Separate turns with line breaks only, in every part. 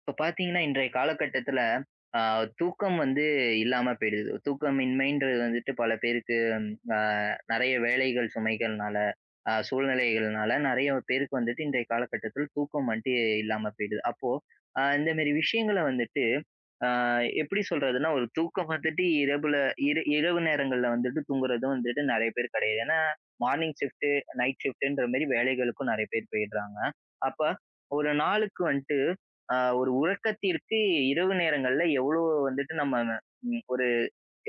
இப்ப பார்த்தீங்கன்னா, இன்றைய காலகட்டத்தில அ தூக்கம் வந்து இல்லாம போயிடுது. தூக்கமின்மைன்றது வந்துட்டு பல பேருக்கு அ நெறைய வேலைகள் சுமைகள்னால, சூழ்நிலைகள்னால நெறைய பேருக்கு வந்துட்டு இன்றைய காலகட்டத்தில் தூக்கம் வந்துட்டு இல்லாம போயிடுது. அப்போ இந்த மாரி விஷயங்கள வந்துட்டு ஆ எப்படி சொல்றதுன்னா, ஒரு தூக்கம் வந்துட்டு இரவுல இரவு நேரங்கள்ல வந்துட்டு தூங்குறது வந்துட்டு நெறைய பேர் கிடையாது. ஏன்னா, மார்னிங் ஷிஃப்ட், நைட் ஷிஃப்ட்ன்ற மாரி வேலைகளுக்கும் நெறைய பேர் போயிடுறாங்க. அப்ப ஒரு நாளுக்கு வந்துட்டு ஒரு உறக்கத்திற்கு இரவு நேரங்கள்ல எவ்வளோ வந்துட்டு நம்ம ஒரு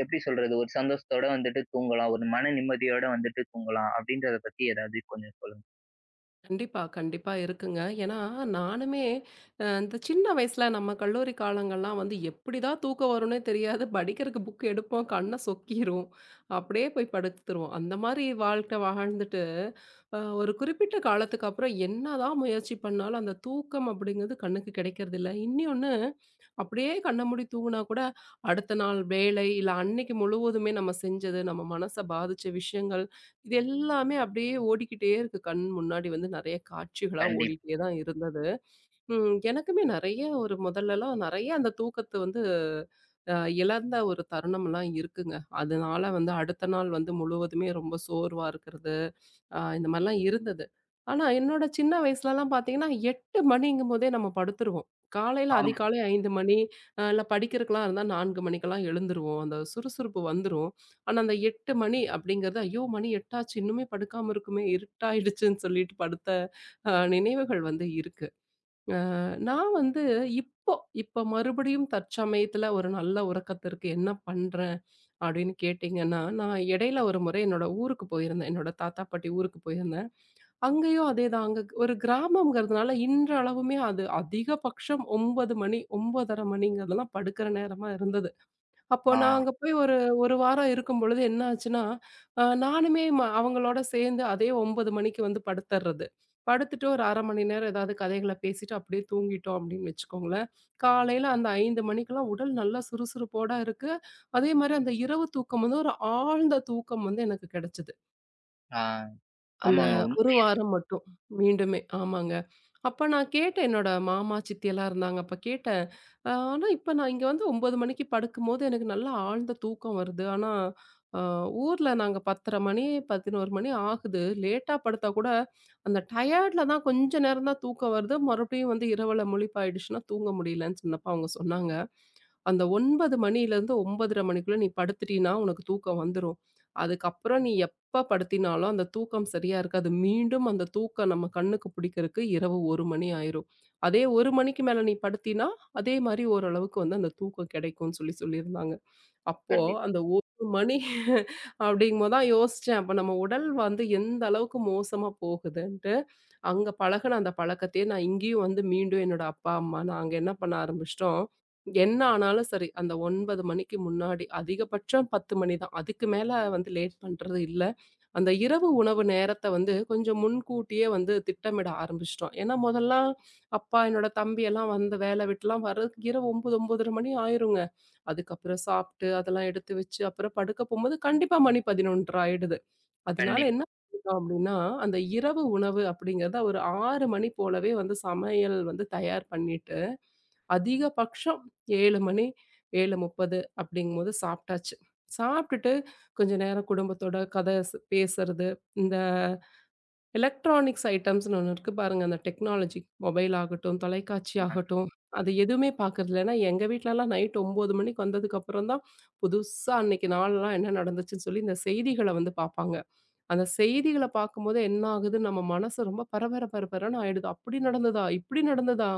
எப்படி சொல்றது? ஒரு சந்தோஷத்தோட வந்துட்டு தூங்கலாம். ஒரு மன நிம்மதியோட வந்துட்டு தூங்கலாம் அப்படின்றத பத்தி ஏதாவது கொஞ்சம் சொல்லுங்க.
கண்டிப்பா, கண்டிப்பா இருக்குங்க. ஏன்னா, நானுமே இந்த சின்ன வயசுல நம்ம கல்லூரி காலங்கள்லாம் வந்து எப்படிதான் தூக்கம் வரும்னே தெரியாது. படிக்கிறதுக்கு புக் எடுப்போம், கண்ண சொக்கிரும். அப்படியே போய் படுத்துருவோம். அந்த மாரி வாழ்க்கை வாழ்ந்துட்டு, ஒரு குறிப்பிட்ட காலத்துக்கு அப்புறம் என்னதான் முயற்சி பண்ணாலும் அந்த தூக்கம் அப்படிங்கிறது கண்ணுக்கு கிடைக்கிறதில்ல. இன்னியொன்னு, அப்படியே கண்ண மூடி தூங்குனா கூட, அடுத்த நாள் வேலை, இல்ல அன்னைக்கு முழுவதுமே நம்ம செஞ்சது, நம்ம மனச பாதிச்ச விஷயங்கள் இது எல்லாமே அப்படியே ஓடிக்கிட்டே இருக்கு. கண் முன்னாடி வந்து நெறைய காட்சிகளா
கண்டிப்பா.
ஓடிட்டே தான் இருந்தது. எனக்குமே நெறைய ஒரு முதல்லலாம் நெறைய அந்த தூக்கத்த வந்து அ இழந்த ஒரு தருணம்லாம் இருக்குங்க. அதனால வந்து அடுத்த நாள் வந்து முழுவதுமே ரொம்ப சோர்வா இருக்கிறது. இந்த மாரிலாம் இருந்தது. ஆனா, என்னோட சின்ன வயசுலலாம் பார்த்தீங்கன்னா, 8 மணிங்கும்போதே நம்ம படுத்துருவோம். காலையில
ஆமா.
அதிகாலை 5 மணி, இல்ல படிக்கிறதுக்கெல்லாம் இருந்தா 4 மணிக்கெல்லாம் எழுந்துருவோம். அந்த சுறுசுறுப்பு வந்துரும். ஆனா, அந்த 8 மணி அப்படிங்கிறது, ஐயோ! மணி 8 ஆச்சு இன்னுமே படுக்காம இருக்குமே, இருட்டாயிடுச்சுன்னு சொல்லிட்டு படுத்த நினைவுகள் வந்து இருக்கு. அ நான் வந்து இப்போ, இப்போ மறுபடியும் தற்சமயத்துல ஒரு நல்ல உறக்கத்திற்கு என்ன பண்றேன்? அப்படின்னு கேட்டீங்கன்னா, நான் இடையில ஒரு முறை என்னோட ஊருக்கு போயிருந்தேன். என்னோட தாத்தா, பாட்டி ஊருக்கு போயிருந்தேன். அங்கேயும் அதேதான். அங்க ஒரு கிராமம்ங்கிறதுனால இன்றளவுமே அது அதிகபட்சம் 9 மணி 9:30 மணிங்கிறதெல்லாம் படுக்கிற நேரமா இருந்தது. அப்போ
ஆ,
நான் அங்க போய் ஒரு 1 வாரம் இருக்கும்பொழுது என்ன ஆச்சுன்னா, நானுமே அவங்களோட சேர்ந்து அதே 9 மணிக்கு வந்து படுத்தர்றது. படுத்துட்டு ஒரு 1/2 மணி நேரம் ஏதாவது கதைகள பேசிட்டு அப்படியே தூங்கிட்டோம் அப்படின்னு வச்சுக்கோங்களேன். காலையில அந்த 5 மணிக்கெல்லாம் உடல் நல்லா சுறுசுறுப்போட இருக்கு. அதே மாரி அந்த இரவு தூக்கம் வந்து ஒரு ஆழ்ந்த தூக்கம் வந்து எனக்கு கிடைச்சது.
ஆ.
அந்த
ஆமாங்க.
1 வாரம் மட்டும். மீண்டுமே ஆமாங்க. அப்ப நான் கேட்டேன் என்னோட மாமா, சித்தியெல்லாம் இருந்தாங்க. அப்ப கேட்டேன். ஆனா இப்ப நான் இங்க வந்து 9 மணிக்கு படுக்கும்போது எனக்கு நல்லா ஆழ்ந்த தூக்கம் வருது. ஆனா அ ஊர்ல நாங்க 10:30 மணி, 11 மணி ஆகுது. லேட்டா படுத்தா கூட அந்த டயர்ட்ல தான் கொஞ்ச நேரம் தான் தூக்கம் வருது. மறுபடியும் வந்து இரவுல முழிப்பாயிடுச்சுன்னா தூங்க முடியலன்னு சொன்னப்ப அவங்க சொன்னாங்க. அந்த 9 மணிலேருந்து 9:30 மணிக்குள்ள நீ படுத்துட்டீன்னா, உனக்கு தூக்கம் வந்துரும். அதுக்கப்புறம் நீ எப்ப படுத்தினாலும் அந்த தூக்கம் சரியா இருக்காது. மீண்டும் அந்த தூக்கம் நம்ம கண்ணுக்கு பிடிக்கிறதுக்கு இரவு 1 மணி ஆயிரும். அதே 1 மணிக்கு மேல நீ படுத்தினா, அதே மாரி ஓரளவுக்கு வந்து அந்த தூக்கம் கிடைக்கும்னு சொல்லி சொல்லியிருந்தாங்க. அப்போ
கண்டிப்
அந்த 1 மணி அப்படிங்கும்போது தான் யோசிச்சேன். அப்ப நம்ம உடல் வந்து எந்த அளவுக்கு மோசமா போகுதுன்ட்டு, அங்க பழகுன அந்த பழக்கத்தையே நான் இங்கேயும் வந்து மீண்டும் என்னோட அப்பா, அம்மா நாங்க என்ன பண்ண ஆரம்பிச்சுட்டோம், என்ன ஆனாலும் சரி அந்த 9 மணிக்கு முன்னாடி அதிகபட்சம் 10 மணி தான். அதுக்கு மேல வந்து லேட் பண்றது இல்ல. அந்த இரவு உணவு நேரத்த வந்து கொஞ்சம் முன்கூட்டியே வந்து திட்டமிட ஆரம்பிச்சிட்டோம். ஏன்னா முதல்லாம் அப்பா, என்னோட தம்பி எல்லாம் வந்து வேலை விட்டுலாம் வர்றதுக்கு இரவு 9, 9:30 மணி ஆயிருங்க. அதுக்கப்புறம் சாப்பிட்டு, அதெல்லாம் எடுத்து வச்சு, அப்புறம் படுக்க போம்போது கண்டிப்பா மணி 11:30 ஆயிடுது. அதனால
கண்டிப்பா.
என்ன பண்ணிட்டோம் அப்படின்னா, அந்த இரவு உணவு அப்படிங்கிறத ஒரு 6 மணி போலவே வந்து சமையல் வந்து தயார் பண்ணிட்டு அதிகபட்சம் 7 மணி 7:30 அப்படிங்கும்போது சாப்பிட்டாச்சு. சாப்பிட்டுட்டு கொஞ்ச நேரம் குடும்பத்தோட கதை பேசுறது, இந்த எலக்ட்ரானிக்ஸ் ஐட்டம்ஸ்ன்னு ஒண்ணு இருக்கு பாருங்க. அந்த டெக்னாலஜி மொபைல் ஆகட்டும், தொலைக்காட்சி
ஆ,
ஆகட்டும், அது எதுவுமே பார்க்கறதில்ல. ஏன்னா எங்க வீட்லலாம் நைட் 9 மணிக்கு வந்ததுக்கப்புறம் தான் புதுசா அன்னைக்கு நாள்லாம் என்ன நடந்துச்சுன்னு சொல்லி இந்த செய்திகள வந்து பார்ப்பாங்க. அந்த செய்திகள பார்க்கும்போது என்ன ஆகுது, நம்ம மனசு ரொம்ப பரபர பரபரன்னு ஆயிடுது. "அப்படி நடந்ததா? இப்படி நடந்ததா?"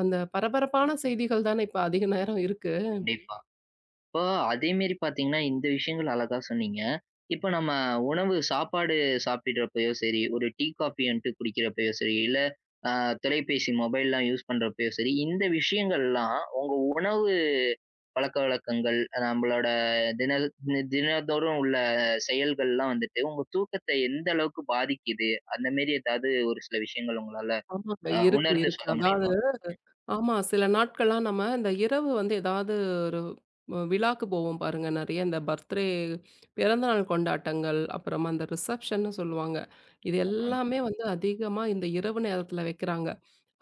அந்த பரபரப்பான செய்திகள் தானே இப்ப அதிக நேரம் இருக்கு.
கண்டிப்பா. இப்போ அதேமாரி பார்த்தீங்கன்னா, இந்த விஷயங்கள் அழகா சொன்னீங்க. இப்ப நம்ம உணவு சாப்பாடு சாப்பிடுறப்பயோ சரி, ஒரு டீ, காஃபின்ட்டு குடிக்கிறப்பயோ சரி, இல்ல அ தொலைபேசி மொபைல்லாம் யூஸ் பண்றப்பயோ சரி, இந்த விஷயங்கள்லாம் உணவு பழக்கவழக்கங்கள், நம்மளோட தின தின- தினந்தோறும் உள்ள செயல்கள்லாம் வந்துட்டு, உங்க தூக்கத்த எந்த அளவுக்கு பாதிக்குது? அந்த மாரி ஏதாவது ஒரு சில விஷயங்கள் உங்களால
ஆமாங்க. இருக்கு,
உணர்ந்து
இருக்கு.
சொல்ல
அதாவது
முடியுமா?
ஆமா. சில நாட்கள்லாம் நம்ம இந்த இரவு வந்து ஏதாவது ஒரு விழாக்கு போவோம் பாருங்க. நெறைய இந்த பர்த்டே பிறந்தநாள் கொண்டாட்டங்கள், அப்புறமா அந்த ரிசப்ஷன்னு சொல்லுவாங்க. இது
ஆமாங்க.
எல்லாமே வந்து அதிகமா இந்த இரவு நேரத்தில வைக்கிறாங்க.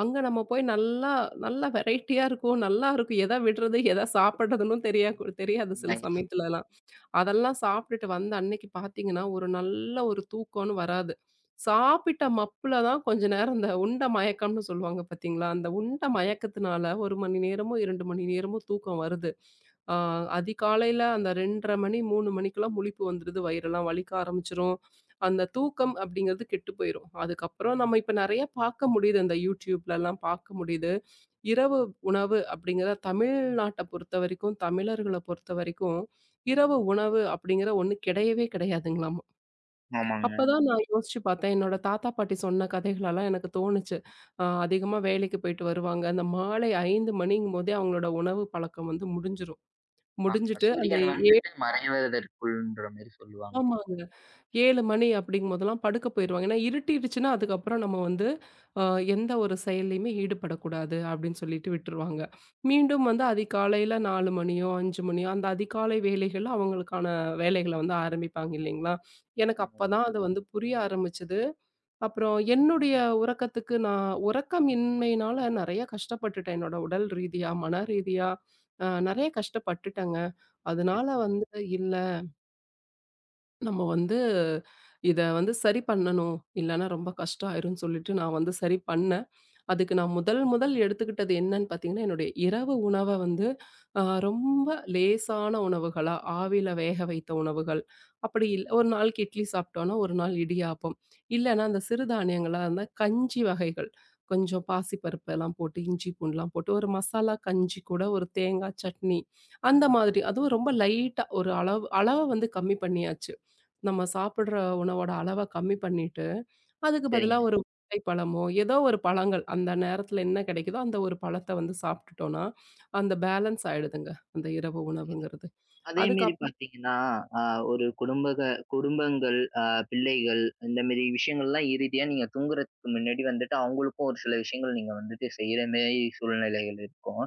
அங்க நம்ம போய் நல்லா நல்லா வெரைட்டியா இருக்கும். நல்லா இருக்கும். எத விடுறது, எத சாப்பிடுறதுன்னும் தெரியாது சில
உண்மை.
சமயத்துலலாம். அதெல்லாம் சாப்பிட்டுட்டு வந்த அன்னைக்கு பார்த்தீங்கன்னா, ஒரு நல்ல ஒரு தூக்கம்னு வராது. சாப்பிட்ட மப்புல தான் கொஞ்ச நேரம் இந்த உண்ட மயக்கம்னு சொல்லுவாங்க பார்த்தீங்களா? அந்த உண்ட மயக்கத்தினால 1 மணி நேரமோ, 2 மணி நேரமோ தூக்கம் வருது. ஆ, அதிகாலையில அந்த 2:30 மணி 3 மணிக்கெல்லாம் முழிப்பு வந்துருது. வயிறெல்லாம் வலிக்க ஆரம்பிச்சுரும். அந்த தூக்கம் அப்படிங்கிறது கெட்டு போயிரும். அதுக்கப்புறம் நம்ம இப்ப நெறைய பார்க்க முடியுது. இந்த YouTubeலலாம் பார்க்க முடியுது. இரவு உணவு அப்படிங்கிற தமிழ்நாட்ட பொறுத்தவரைக்கும், தமிழர்கள பொறுத்தவரைக்கும், இரவு உணவு அப்படிங்கிற ஒண்ணு கிடையவே கிடையாதுங்களாமா.
ஆமாங்க.
அப்பதான் நான் யோசிச்சு பார்த்தேன். என்னோட தாத்தா, பாட்டி சொன்ன கதைகளெல்லாம் எனக்கு தோணுச்சு. அதிகமா வேலைக்கு போயிட்டு வருவாங்க. அந்த மாலை 5 மணிங்கும்போதே அவங்களோட உணவு பழக்கம் வந்து முடிஞ்சிரும்.
ஆ
முடிஞ்சுட்டு அந்த
சூரியன்
7
வந்துட்டு மறைவதற்குள்ன்ற மாரி சொல்லுவாங்க.
ஆமாங்க. 7 மணி அப்படிங்கும்போதெல்லாம் படுக்க போயிருவாங்க. ஏன்னா இருட்டிடுச்சுன்னா, அதுக்கப்புறம் நம்ம வந்து அ எந்த ஒரு செயல்லயுமே ஈடுபடக்கூடாது அப்படின்னு சொல்லிட்டு விட்டுருவாங்க. மீண்டும் வந்து அதிகாலையில 4 மணியோ, 5 மணியோ அந்த அதிகாலை வேலைகள்ல அவங்களுக்கான வேலைகள வந்து ஆரம்பிப்பாங்க இல்லைங்களா? எனக்கு
ம்.
அப்பதான் அது வந்து புரிய ஆரம்பிச்சது. அப்புறம் என்னுடைய உறக்கத்துக்கு நான் உறக்கமின்மையினால நெறைய கஷ்டப்பட்டுட்டேன். என்னோட உடல் ரீதியா, மன ரீதியா நெறைய கஷ்டப்பட்டுட்டேங்க. அதனால வந்து இல்ல நம்ம வந்து இத வந்து சரி பண்ணணும். இல்லன்னா ரொம்ப கஷ்டம் ஆயிரும்ன்னு சொல்லிட்டு நான் வந்து சரி பண்ணேன். அதுக்கு நான் முதல் முதல் எடுத்துக்கிட்டது என்னன்னு பார்த்தீங்கன்னா, என்னுடைய இரவு உணவ வந்து ரொம்ப லேசான உணவுகளா, ஆவியில வேக வைத்த உணவுகள். அப்படி ஒரு நாளைக்கு இட்லி சாப்பிட்டோம்னா, ஒரு நாள் இடியாப்பம். இல்லன்னா அந்த சிறுதானியங்களா இருந்தா கஞ்சி வகைகள். கொஞ்சம் பாசி பருப்பெல்லாம் போட்டு, இஞ்சி பூண்டுலாம் போட்டு ஒரு மசாலா கஞ்சி கூட ஒரு தேங்காய் சட்னி, அந்த மாதிரி. அதுவும் ரொம்ப லைட்டா ஒரு அளவு அளவ வந்து கம்மி பண்ணியாச்சு. நம்ம சாப்பிடுற உணவோட அளவ கம்மி பண்ணிட்டு, அதுக்கு பதிலா
சரிங்க.
ஒரு வாழை பழமோ, ஏதோ ஒரு பழங்கள் அந்த நேரத்துல என்ன கிடைக்குதோ, அந்த ஒரு பழத்த வந்து சாப்பிட்டுட்டோம்னா, அந்த பேலன்ஸ் ஆயிடுதுங்க. அந்த இரவு
புரியுது.
உணவுங்கிறது.
அதேமாரி
அதுக்கப்புறம்
பார்த்தீங்கன்னா, அ ஒரு குடும்பங்கள், பிள்ளைகள் இந்த மாரி விஷயங்கள்லாம் இறுதியா நீங்க தூங்குறதுக்கு முன்னாடி வந்துட்டு, அவங்களுக்கும் ஒரு சில விஷயங்கள் நீங்க வந்துட்டு செய்ற மாரி சூழ்நிலைகள் இருக்கும்.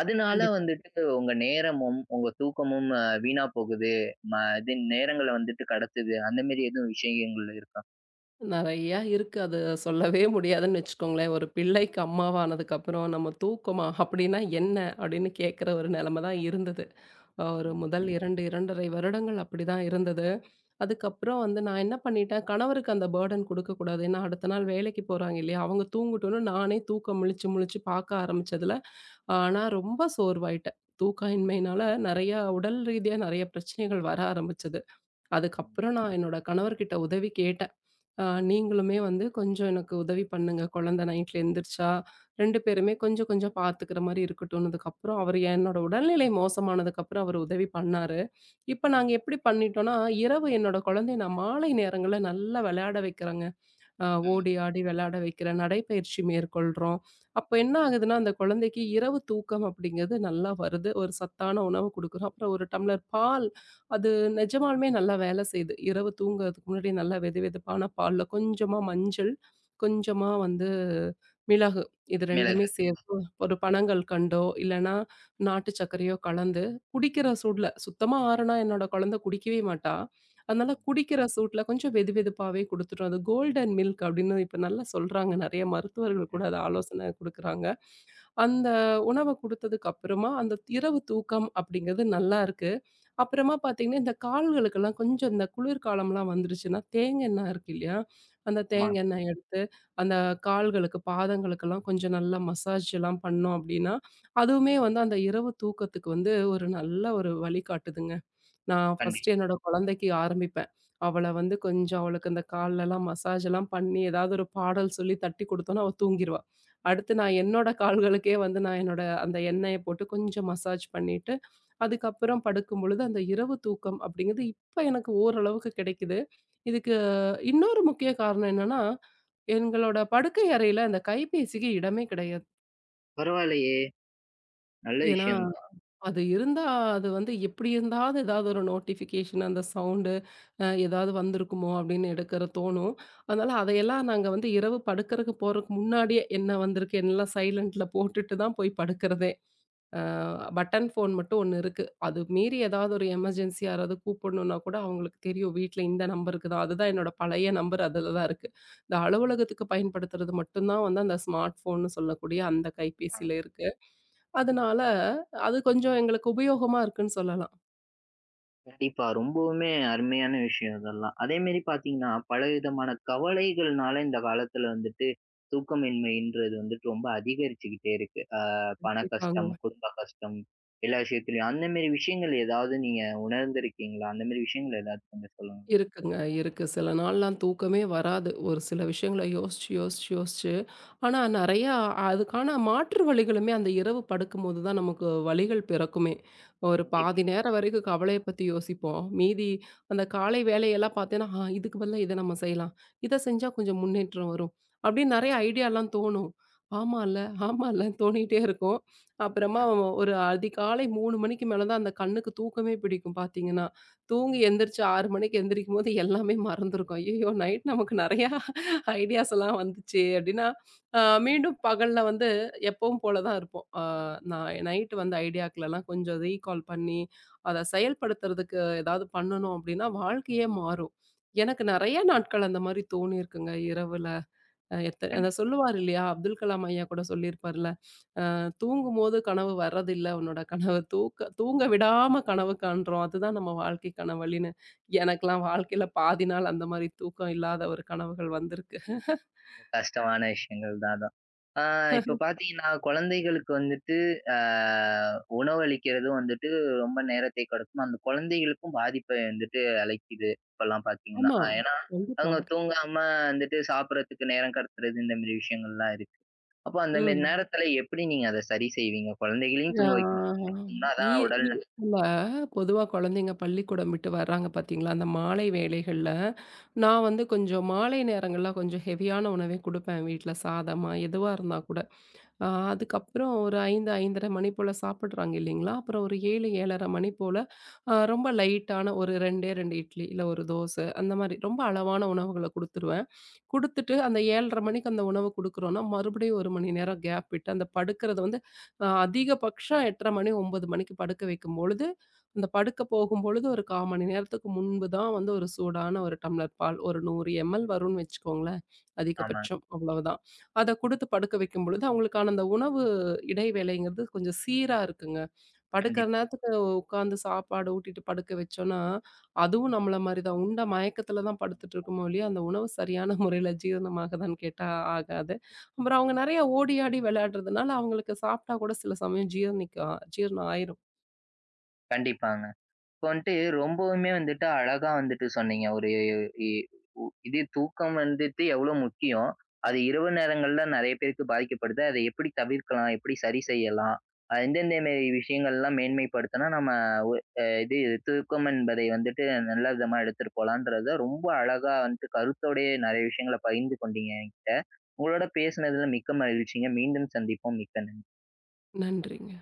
அதனால
கண்டிப்பா
வந்துட்டு உங்க நேரமும், உங்க தூக்கமும் வீணா போகுது. இது நேரங்கள வந்துட்டு கடத்துது. அந்த மாரி எதுவும் விஷயங்கள் இருக்கா?
நெறைய இருக்கு. அது சொல்லவே முடியாதுன்னு வச்சுக்கோங்களேன். ஒரு பிள்ளைக்கு அம்மாவானதுக்கப்புறம், "நம்ம தூக்கமா? அப்படின்னா என்ன?" அப்படின்னு கேட்கிற ஒரு நிலைமை தான் இருந்தது. ஒரு
ம்.
முதல் 2, 2 1/2 வருடங்கள் அப்படிதான் இருந்தது. அதுக்கப்புறம் வந்து நான் என்ன பண்ணிட்டேன், கணவருக்கு அந்த பர்டன் குடுக்கக்கூடாது. ஏன்னா, அடுத்த நாள் வேலைக்கு போறாங்க இல்லையா? அவங்க தூங்கட்டும்னு நானே தூக்கம் முழிச்சு முழிச்சு பார்க்க ஆரம்பிச்சதுல, ஆனா, ரொம்ப சோர்வாயிட்டேன்.
ம்.
தூக்கயின்மையினால நெறையா உடல் ரீதியா நெறைய பிரச்சனைகள் வர ஆரம்பிச்சது. அதுக்கப்புறம் நான் என்னோட கணவர்கிட்ட உதவி கேட்டேன். "அ நீங்களுமே வந்து கொஞ்சம் எனக்கு உதவி பண்ணுங்க. குழந்தை நைட்ல எந்திரிச்சா, 2 பேருமே கொஞ்சம் கொஞ்சம் பார்த்துக்கிற மாரி இருக்கட்டும்னதுக்கப்புறம்" அவரு என்னோட உடல்நிலை மோசமானதுக்கப்புறம் அவரு உதவி பண்ணாரு. இப்ப நாங்க எப்படி பண்ணிட்டோம்னா, இரவு என்னோட குழந்தைய நான் மாலை நேரங்கள்ல நல்லா விளையாட வைக்கிறேங்க.
ம்.
ஓடி ஆடி விளையாட வைக்கிறேன், நடைப்பயிற்சி மேற்கொள்றோம். அப்ப என்ன ஆகுதுன்னா, அந்த குழந்தைக்கு இரவு தூக்கம் அப்படிங்கிறது நல்லா வருது. ஒரு சத்தான உணவு குடுக்குறோம். அப்புறம் ஒரு டம்ளர் பால், அது நிஜமாலுமே நல்லா வேலை செய்யுது. இரவு தூங்குறதுக்கு முன்னாடி நல்லா வெது வெதுப்பான பால்ல கொஞ்சமா மஞ்சள், கொஞ்சமா வந்து மிளகு இது 2மே
மிளகு.
சேர்த்து ஒரு பனங்கள் கண்டோ, இல்லன்னா நாட்டு சர்க்கரையோ கலந்து குடிக்கிற சூடுல சுத்தமா ஆறுனா என்னோட குழந்தை குடிக்கவே மாட்டா. அதனால குடிக்கிற சூட்ல கொஞ்சம் வெதுவெதுப்பாவே குடுத்துட்டோம். அது கோல்டன் மில்க் அப்படின்னு இப்ப நல்லா சொல்றாங்க. நெறைய மருத்துவர்கள் கூட
ம்.
அத ஆலோசனை குடுக்குறாங்க. அந்த உணவ குடுத்ததுக்கு அப்புறமா, அந்த இரவு தூக்கம் அப்படிங்கிறது நல்லா இருக்கு. அப்புறமா பார்த்தீங்கன்னா, இந்த கால்களுக்கெல்லாம் கொஞ்சம் இந்த குளிர்காலம்லாம் வந்துருச்சுன்னா, தேங்கெண்ணெய் இருக்கு இல்லையா? அந்த
ஆமா.
தேங்கெண்ணெய் எடுத்து, அந்த கால்களுக்கு, பாதங்களுக்கெல்லாம் கொஞ்சம் நல்லா மசாஜ் எல்லாம் பண்ணோம் அப்படின்னா, அதுவுமே வந்து அந்த இரவு தூக்கத்துக்கு வந்து ஒரு நல்ல ஒரு வழிகாட்டுதுங்க. நான்
கண்டிப்பா.
ஃபர்ஸ்ட்டு என்னோட குழந்தைக்கு ஆரம்பிப்பேன். அவள வந்து கொஞ்சம் அவளுக்கு அந்த கால்லலாம் மசாஜ் எல்லாம் பண்ணி, ஏதாவது ஒரு பாடல் சொல்லி தட்டி குடுத்தோம்னா, அவ தூங்கிருவா. அடுத்து நான் என்னோட கால்களுக்கே வந்து நான் என்னோட அந்த எண்ணெய போட்டு கொஞ்சம் மசாஜ் பண்ணிட்டு, அதுக்கப்புறம் படுக்கும்பொழுது அந்த இரவு தூக்கம் அப்படிங்கிறது இப்ப எனக்கு ஓரளவுக்கு கிடைக்குது. இதுக்கு இன்னொரு முக்கிய காரணம் என்னன்னா, எங்களோட படுக்கை அறையில அந்த கைபேசிக்கு இடமே கிடையாது.
பரவாயில்லையே! நல்ல
ஏன்னா
விஷயம்
அது இருந்தா, அது வந்து எப்படி இருந்தாவது ஏதாவது ஒரு நோட்டிஃபிகேஷன் அந்த சவுண்டு ஏதாவது வந்திருக்குமோ அப்படின்னு எடுக்கிற தோணும். அதனால அதையெல்லாம் நாங்க வந்து இரவு படுக்கறக்கு போறதுக்கு முன்னாடியே என்ன வந்திருக்கு எல்லாம் சைலன்ட்ல போட்டுட்டு தான் போய் படுக்கிறதே. அ பட்டன் ஃபோன் மட்டும் ஒண்ணு இருக்கு. அது மீறி ஏதாவது ஒரு எமர்ஜென்சி யாராவது கூப்பிடணும்னா கூட அவங்களுக்கு தெரியும் வீட்ல இந்த நம்பருக்கு தான். அதுதான் என்னோட பழைய நம்பர் அதில தான் இருக்கு. இந்த அலுவலகத்துக்கு பயன்படுத்துறது மட்டும் தான் வந்து அந்த ஸ்மார்ட் ஃபோன்னு சொல்லக்கூடிய அந்த
தான்.
கைபேசியில இருக்கு. அதனால, அது கொஞ்சம் எங்களுக்கு உபயோகமா இருக்குன்னு சொல்லலாம்.
கண்டிப்பா. ரொம்பவுமே அருமையான விஷயம் இதெல்லாம். அதேமாரி பார்த்தீங்கன்னா, பலவிதமான கவலைகள்னால இந்த காலத்துல வந்துட்டு தூக்கமின்மைன்றது வந்துட்டு ரொம்ப அதிகரிச்சுக்கிட்டே இருக்கு. பண
கண்டிப்பாங்க.
கஷ்டம், குடும்ப கஷ்டம் எல்லா விஷயத்துலயும். அந்த மாரி விஷயங்கள் ஏதாவது நீங்க உணர்ந்திருக்கீங்களா? அந்த மாரி விஷயங்கள் ஏதாவது கொஞ்சம் சொல்லுங்க.
இருக்குங்க, இருக்கு. சில நாள்லாம் தூக்கமே வராது. ஒரு சில விஷயங்கள யோசிச்சு, யோசிச்சு, யோசிச்சு ஆனா, நெறையா அதுக்கான மாற்று வழிகளுமே அந்த இரவு படுக்கும்போது தான் நமக்கு வழிகள் பிறக்குமே. ஒரு
கண்டிப்பா.
பாதி நேரம் வரைக்கும் கவலைய பத்தி யோசிப்போம். மீதி அந்த காலை வேலையெல்லாம் பார்த்தேன்னா, "ஆ இதுக்கு பதிலா இத நம்ம செய்யலாம். இத செஞ்சா கொஞ்சம் முன்னேற்றம் வரும்." அப்படின்னு நெறைய ஐடியாலாம் தோணும். ஆமால்ல, ஆமால்ல தோணிட்டே இருக்கும். அப்புறமா
உண்மைதான்.
ஒரு அதிகாலை 3 மணிக்கு மேல தான் அந்த கண்ணுக்கு தூக்கமே பிடிக்கும் பார்த்தீங்கன்னா. தூங்கி எந்திரிச்சு 6 மணிக்கு எந்திரிக்கும்போது எல்லாமே மறந்துருக்கும். "ஐயய்யோ! நைட் நமக்கு நெறையா ஐடியாஸ் எல்லாம் வந்துச்சே!" அப்படின்னா மீண்டும் பகல்ல வந்து எப்பவும் போல தான் இருப்போம். நான் நைட்டு வந்து ஐடியாக்கள்லாம் கொஞ்சம் ரீகால் பண்ணி, அத செயல்படுத்துறதுக்கு ஏதாவது பண்ணணும் அப்டின்னா, வாழ்க்கையே மாறும். எனக்கு நெறைய நாட்கள் அந்த மாரி தோணியிருக்குங்க இரவுல. எத்த அத
கண்டிப்பா.
சொல்லுவாரு இல்லையா? அப்துல் கலாம் ஐயா கூட சொல்லியிருப்பார்ல, தூங்கும்போது கனவு வர்றதில்ல உன்னோட கனவு. தூக்க தூங்க விடாம கனவு காண்றோம். அதுதான் நம்ம வாழ்க்கைக்கான வழின்னு." எனக்கெல்லாம் வாழ்க்கையில பாதி நாள் அந்த மாரி தூக்கம் இல்லாத ஒரு கனவுகள் வந்திருக்கு.
கஷ்டமான விஷயங்கள் தான் அதான். ஆ இப்ப பார்த்தீங்கன்னா, குழந்தைகளுக்கு வந்துட்டு அ உணவளிக்கிறதும் வந்துட்டு ரொம்ப நேரத்தை கொடுக்கும். அந்த குழந்தைகளுக்கும் பாதிப்பை வந்துட்டு அளிக்குது. இப்பலாம் பார்த்தீங்கன்னா.
ஆமா.
ஏன்னா,
கண்டிப்பா.
அவங்க தூங்காம வந்துட்டு சாப்பிடறதுக்கு நேரம் கடத்துறது இந்த மாரி விஷயங்கள்லாம் இருக்கு. அப்போ அந்த மாரி
ம்.
நேரத்துல எப்படி நீங்க அத சரி செய்வீங்க? குழந்தைகளையும்
ஆ.
தூங்க வைக்கணும். தூங்கினா
இ
அதான் உடல்
இ
நலம்.
இல்ல பொதுவா குழந்தைங்க பள்ளிக்கூடம் விட்டு வர்றாங்க பார்த்தீங்களா, அந்த மாலை வேளைகள்ல, நான் வந்து கொஞ்சம் மாலை நேரங்கள்ல கொஞ்சம் ஹெவியான உணவே குடுப்பேன் வீட்ல. சாதமா, எதுவா இருந்தா கூட. அதுக்கப்புறம் ஒரு 5, 5:30 மணி போல சாப்பிடுறாங்க இல்லைங்களா, அப்புறம் ஒரு 7, 7:30 மணி போல ரொம்ப லைட்டான ஒரு 2டே 2 இட்லி, இல்ல ஒரு தோசை அந்த மாரி ரொம்ப அளவான உணவுகள குடுத்துருவேன். குடுத்துட்டு அந்த 7:30 மணிக்கு அந்த உணவு குடுக்குறோம்னா, மறுபடியும் 1 மணி நேரம் கேப் விட்டு அந்த படுக்கிறது வந்து அதிகபட்சம் 8:30 மணி 9:00 மணிக்கு படுக்க வைக்கும்பொழுது, அந்த படுக்க போகும்பொழுது ஒரு 1/4 மணி நேரத்துக்கு முன்பு தான் வந்து ஒரு சூடான ஒரு டம்ளர் பால், ஒரு 100 எம்எல் வரும்னு வச்சுக்கோங்களேன்,
ஆமா.
அதிகபட்சம் அவ்வளவுதான். அத குடுத்து படுக்க வைக்கும்பொழுது, அவங்களுக்கான அந்த உணவு இடைவேளைங்கிறது கொஞ்சம் சீரா இருக்குங்க. படுக்கிற
கண்டிப்பா.
நேரத்துக்கு உட்காந்து சாப்பாடு ஊட்டிட்டு படுக்க வச்சோம்னா, அதுவும் நம்மள மாரி தான். உண்ட மயக்கத்தில தான்
ஆமா,
படுத்துட்டு இருக்குமோ
ஆமா.
ஒழிய, அந்த உணவு சரியான முறையில ஜீரணம் ஆகுதான்னு கேட்டா ஆகாது. அப்புறம் அவங்க நெறைய ஓடி ஆடி விளையாடுறதுனால, அவங்களுக்கு சாப்பிட்டா கூட சில சமயம் ஜீரணிக்க ஜீரணம் ஆயிரும்.
கண்டிப்பாங்க. இப்போ வந்துட்டு ரொம்பவுமே வந்துட்டு அழகா வந்துட்டு சொன்னீங்க. ஒரு இ இதே தூக்கம் வந்துட்டு எவ்வளோ முக்கியம். அது இரவு நேரங்கள்ல நெறைய பேருக்கு பாதிக்கப்படுது. அத எப்படி தவிர்க்கலாம்? எப்படி சரி செய்யலாம்? எந்தெந்த மேரி விஷயங்கள்லாம் மேன்மைப்படுத்துனா, நம்ம ஒ இது தூக்கம் என்பதை வந்துட்டு நல்ல விதமா எடுத்துட்டு போலான்றத ரொம்ப அழகா வந்துட்டு கருத்தோடயே நெறைய விஷயங்கள பகிர்ந்து கொண்டீங்க என்கிட்ட. உங்களோட பேசுனதுல மிக்க மகிழ்ச்சிங்க. மீண்டும் சந்திப்போம். மிக்க நன்றி.
நன்றிங்க.